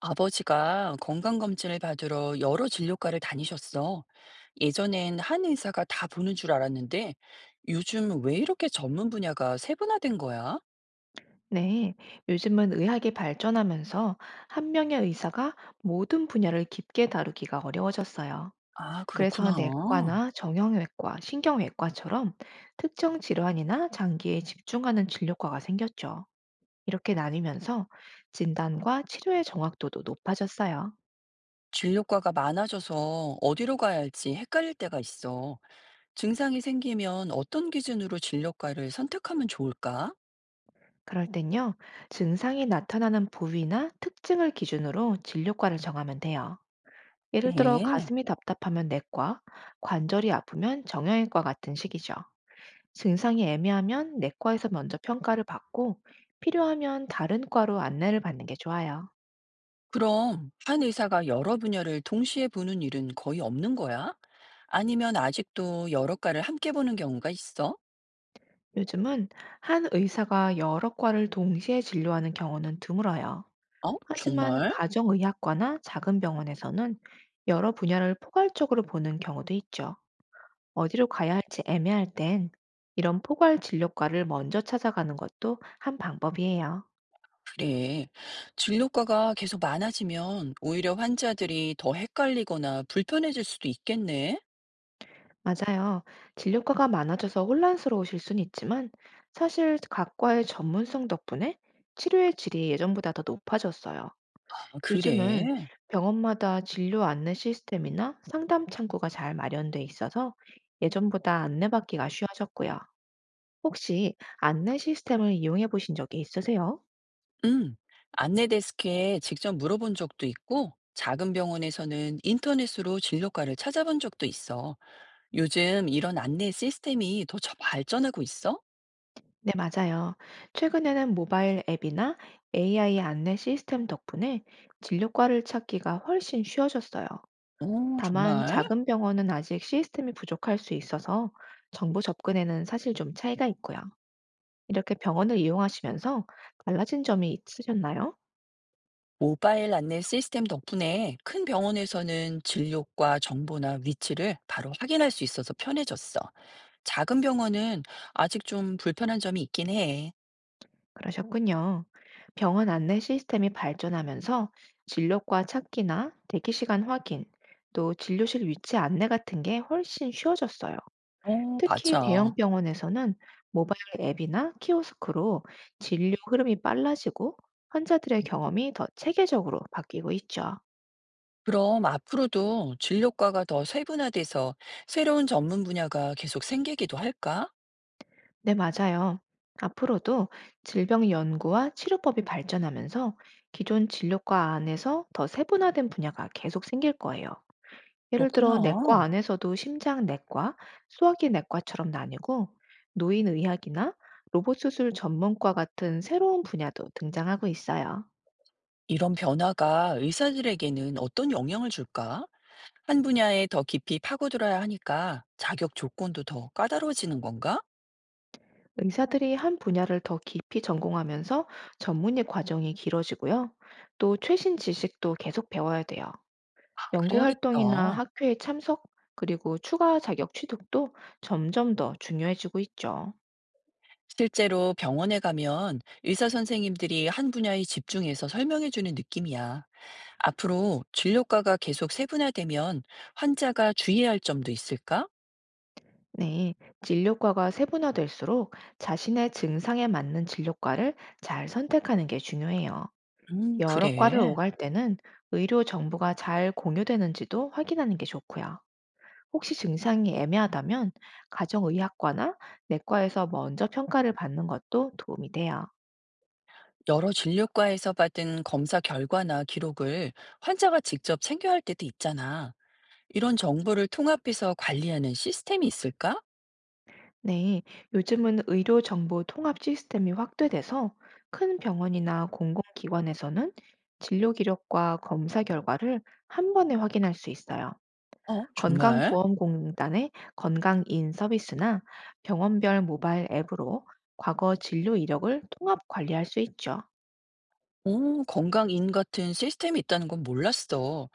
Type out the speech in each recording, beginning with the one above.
아버지가 건강검진을 받으러 여러 진료과를 다니셨어. 예전엔 한 의사가 다 보는 줄 알았는데 요즘 왜 이렇게 전문 분야가 세분화된 거야? 네, 요즘은 의학이 발전하면서 한 명의 의사가 모든 분야를 깊게 다루기가 어려워졌어요. 아, 그래서 그렇구나. 내과나 정형외과, 신경외과처럼 특정 질환이나 장기에 집중하는 진료과가 생겼죠. 이렇게 나뉘면서 진단과 치료의 정확도도 높아졌어요. 진료과가 많아져서 어디로 가야 할지 헷갈릴 때가 있어. 증상이 생기면 어떤 기준으로 진료과를 선택하면 좋을까? 그럴 땐요, 증상이 나타나는 부위나 특징을 기준으로 진료과를 정하면 돼요. 예를 들어 네. 가슴이 답답하면 내과, 관절이 아프면 정형외과 같은 식이죠. 증상이 애매하면 내과에서 먼저 평가를 받고 필요하면 다른 과로 안내를 받는 게 좋아요. 그럼 한 의사가 여러 분야를 동시에 보는 일은 거의 없는 거야? 아니면 아직도 여러 과를 함께 보는 경우가 있어? 요즘은 한 의사가 여러 과를 동시에 진료하는 경우는 드물어요. 어? 하지만 정말? 가정의학과나 작은 병원에서는 여러 분야를 포괄적으로 보는 경우도 있죠. 어디로 가야 할지 애매할 땐 이런 포괄 진료과를 먼저 찾아가는 것도 한 방법이에요. 그래. 진료과가 계속 많아지면 오히려 환자들이 더 헷갈리거나 불편해질 수도 있겠네. 맞아요. 진료과가 많아져서 혼란스러우실 순 있지만 사실 각 과의 전문성 덕분에 치료의 질이 예전보다 더 높아졌어요. 아, 요즘은 그래. 병원마다 진료 안내 시스템이나 상담 창구가 잘 마련돼 있어서 예전보다 안내받기가 쉬워졌고요. 혹시 안내 시스템을 이용해 보신 적이 있으세요? 응. 안내 데스크에 직접 물어본 적도 있고, 작은 병원에서는 인터넷으로 진료과를 찾아본 적도 있어. 요즘 이런 안내 시스템이 더 발전하고 있어? 네, 맞아요. 최근에는 모바일 앱이나 AI 안내 시스템 덕분에 진료과를 찾기가 훨씬 쉬워졌어요. 오, 다만 정말? 작은 병원은 아직 시스템이 부족할 수 있어서 정보 접근에는 사실 좀 차이가 있고요. 이렇게 병원을 이용하시면서 달라진 점이 있으셨나요? 모바일 안내 시스템 덕분에 큰 병원에서는 진료과 정보나 위치를 바로 확인할 수 있어서 편해졌어. 작은 병원은 아직 좀 불편한 점이 있긴 해. 그러셨군요. 병원 안내 시스템이 발전하면서 진료과 찾기나 대기 시간 확인, 또 진료실 위치 안내 같은 게 훨씬 쉬워졌어요. 어, 특히 맞아. 대형 병원에서는 모바일 앱이나 키오스크로 진료 흐름이 빨라지고 환자들의 경험이 더 체계적으로 바뀌고 있죠. 그럼 앞으로도 진료과가 더 세분화돼서 새로운 전문 분야가 계속 생기기도 할까? 네, 맞아요. 앞으로도 질병 연구와 치료법이 발전하면서 기존 진료과 안에서 더 세분화된 분야가 계속 생길 거예요. 예를 들어, 내과 그렇구나. 안에서도 심장 내과, 소화기 내과처럼 나뉘고, 노인의학이나 로봇 수술 전문과 같은 새로운 분야도 등장하고 있어요. 이런 변화가 의사들에게는 어떤 영향을 줄까? 한 분야에 더 깊이 파고들어야 하니까 자격 조건도 더 까다로워지는 건가? 의사들이 한 분야를 더 깊이 전공하면서 전문의 과정이 길어지고요. 또 최신 지식도 계속 배워야 돼요. 아, 연구 그래야겠다. 활동이나 학회에 참석, 그리고 추가 자격 취득도 점점 더 중요해지고 있죠. 실제로 병원에 가면 의사 선생님들이 한 분야에 집중해서 설명해주는 느낌이야. 앞으로 진료과가 계속 세분화되면 환자가 주의해야 할 점도 있을까? 네, 진료과가 세분화될수록 자신의 증상에 맞는 진료과를 잘 선택하는 게 중요해요. 여러 과를 그래. 오갈 때는 의료 정보가 잘 공유되는지도 확인하는 게 좋고요. 혹시 증상이 애매하다면 가정의학과나 내과에서 먼저 평가를 받는 것도 도움이 돼요. 여러 진료과에서 받은 검사 결과나 기록을 환자가 직접 챙겨야 할 때도 있잖아. 이런 정보를 통합해서 관리하는 시스템이 있을까? 네, 요즘은 의료 정보 통합 시스템이 확대돼서 큰 병원이나 공공기관에서는 진료 기록과 검사 결과를 한 번에 확인할 수 있어요. 어, 정말? 건강보험공단의 건강인 서비스나 병원별 모바일 앱으로 과거 진료 이력을 통합 관리할 수 있죠. 오, 건강인 같은 시스템이 있다는 건 몰랐어.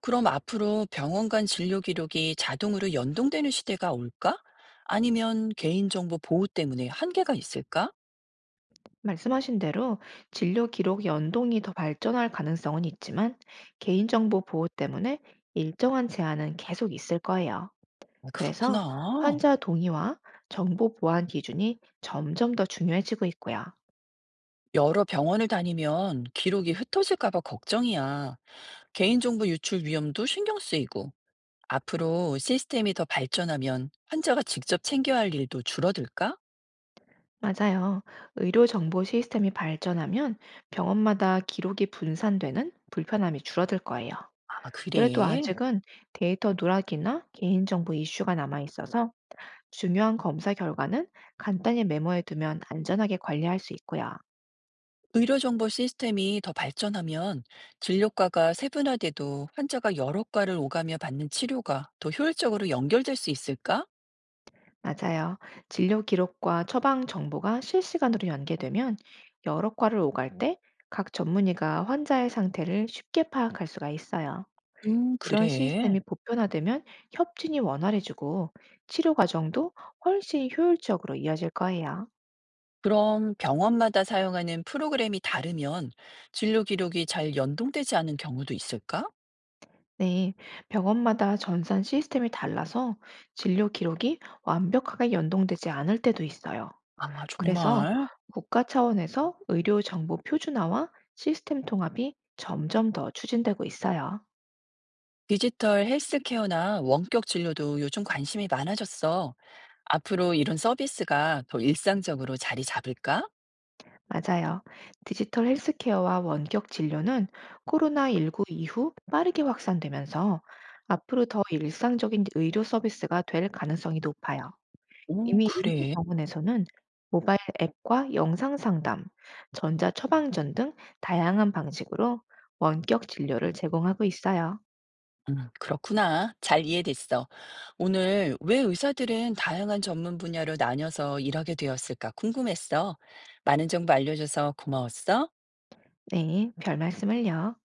그럼 앞으로 병원 간 진료 기록이 자동으로 연동되는 시대가 올까? 아니면 개인정보 보호 때문에 한계가 있을까? 말씀하신 대로 진료 기록 연동이 더 발전할 가능성은 있지만 개인정보 보호 때문에 일정한 제한은 계속 있을 거예요. 아, 그래서 그렇구나. 환자 동의와 정보 보안 기준이 점점 더 중요해지고 있고요. 여러 병원을 다니면 기록이 흩어질까 봐 걱정이야. 개인정보 유출 위험도 신경 쓰이고, 앞으로 시스템이 더 발전하면 환자가 직접 챙겨야 할 일도 줄어들까? 맞아요. 의료 정보 시스템이 발전하면 병원마다 기록이 분산되는 불편함이 줄어들 거예요. 아, 그래도 그래. 아직은 데이터 누락이나 개인정보 이슈가 남아 있어서 중요한 검사 결과는 간단히 메모해 두면 안전하게 관리할 수 있고요. 의료정보 시스템이 더 발전하면 진료과가 세분화돼도 환자가 여러 과를 오가며 받는 치료가 더 효율적으로 연결될 수 있을까? 맞아요. 진료 기록과 처방 정보가 실시간으로 연계되면 여러 과를 오갈 때 각 전문의가 환자의 상태를 쉽게 파악할 수가 있어요. 이런 그래. 시스템이 보편화되면 협진이 원활해지고 치료 과정도 훨씬 효율적으로 이어질 거예요. 그럼 병원마다 사용하는 프로그램이 다르면 진료 기록이 잘 연동되지 않은 경우도 있을까? 네, 병원마다 전산 시스템이 달라서 진료 기록이 완벽하게 연동되지 않을 때도 있어요. 아, 그래서 정말? 국가 차원에서 의료 정보 표준화와 시스템 통합이 점점 더 추진되고 있어요. 디지털 헬스케어나 원격 진료도 요즘 관심이 많아졌어. 앞으로 이런 서비스가 더 일상적으로 자리 잡을까? 맞아요. 디지털 헬스케어와 원격 진료는 코로나19 이후 빠르게 확산되면서 앞으로 더 일상적인 의료 서비스가 될 가능성이 높아요. 오, 이미 일부 그래. 병원에서는 모바일 앱과 영상 상담, 전자 처방전 등 다양한 방식으로 원격 진료를 제공하고 있어요. 그렇구나. 잘 이해됐어. 오늘 왜 의사들은 다양한 전문 분야로 나뉘어서 일하게 되었을까 궁금했어. 많은 정보 알려줘서 고마웠어. 네, 별 말씀을요.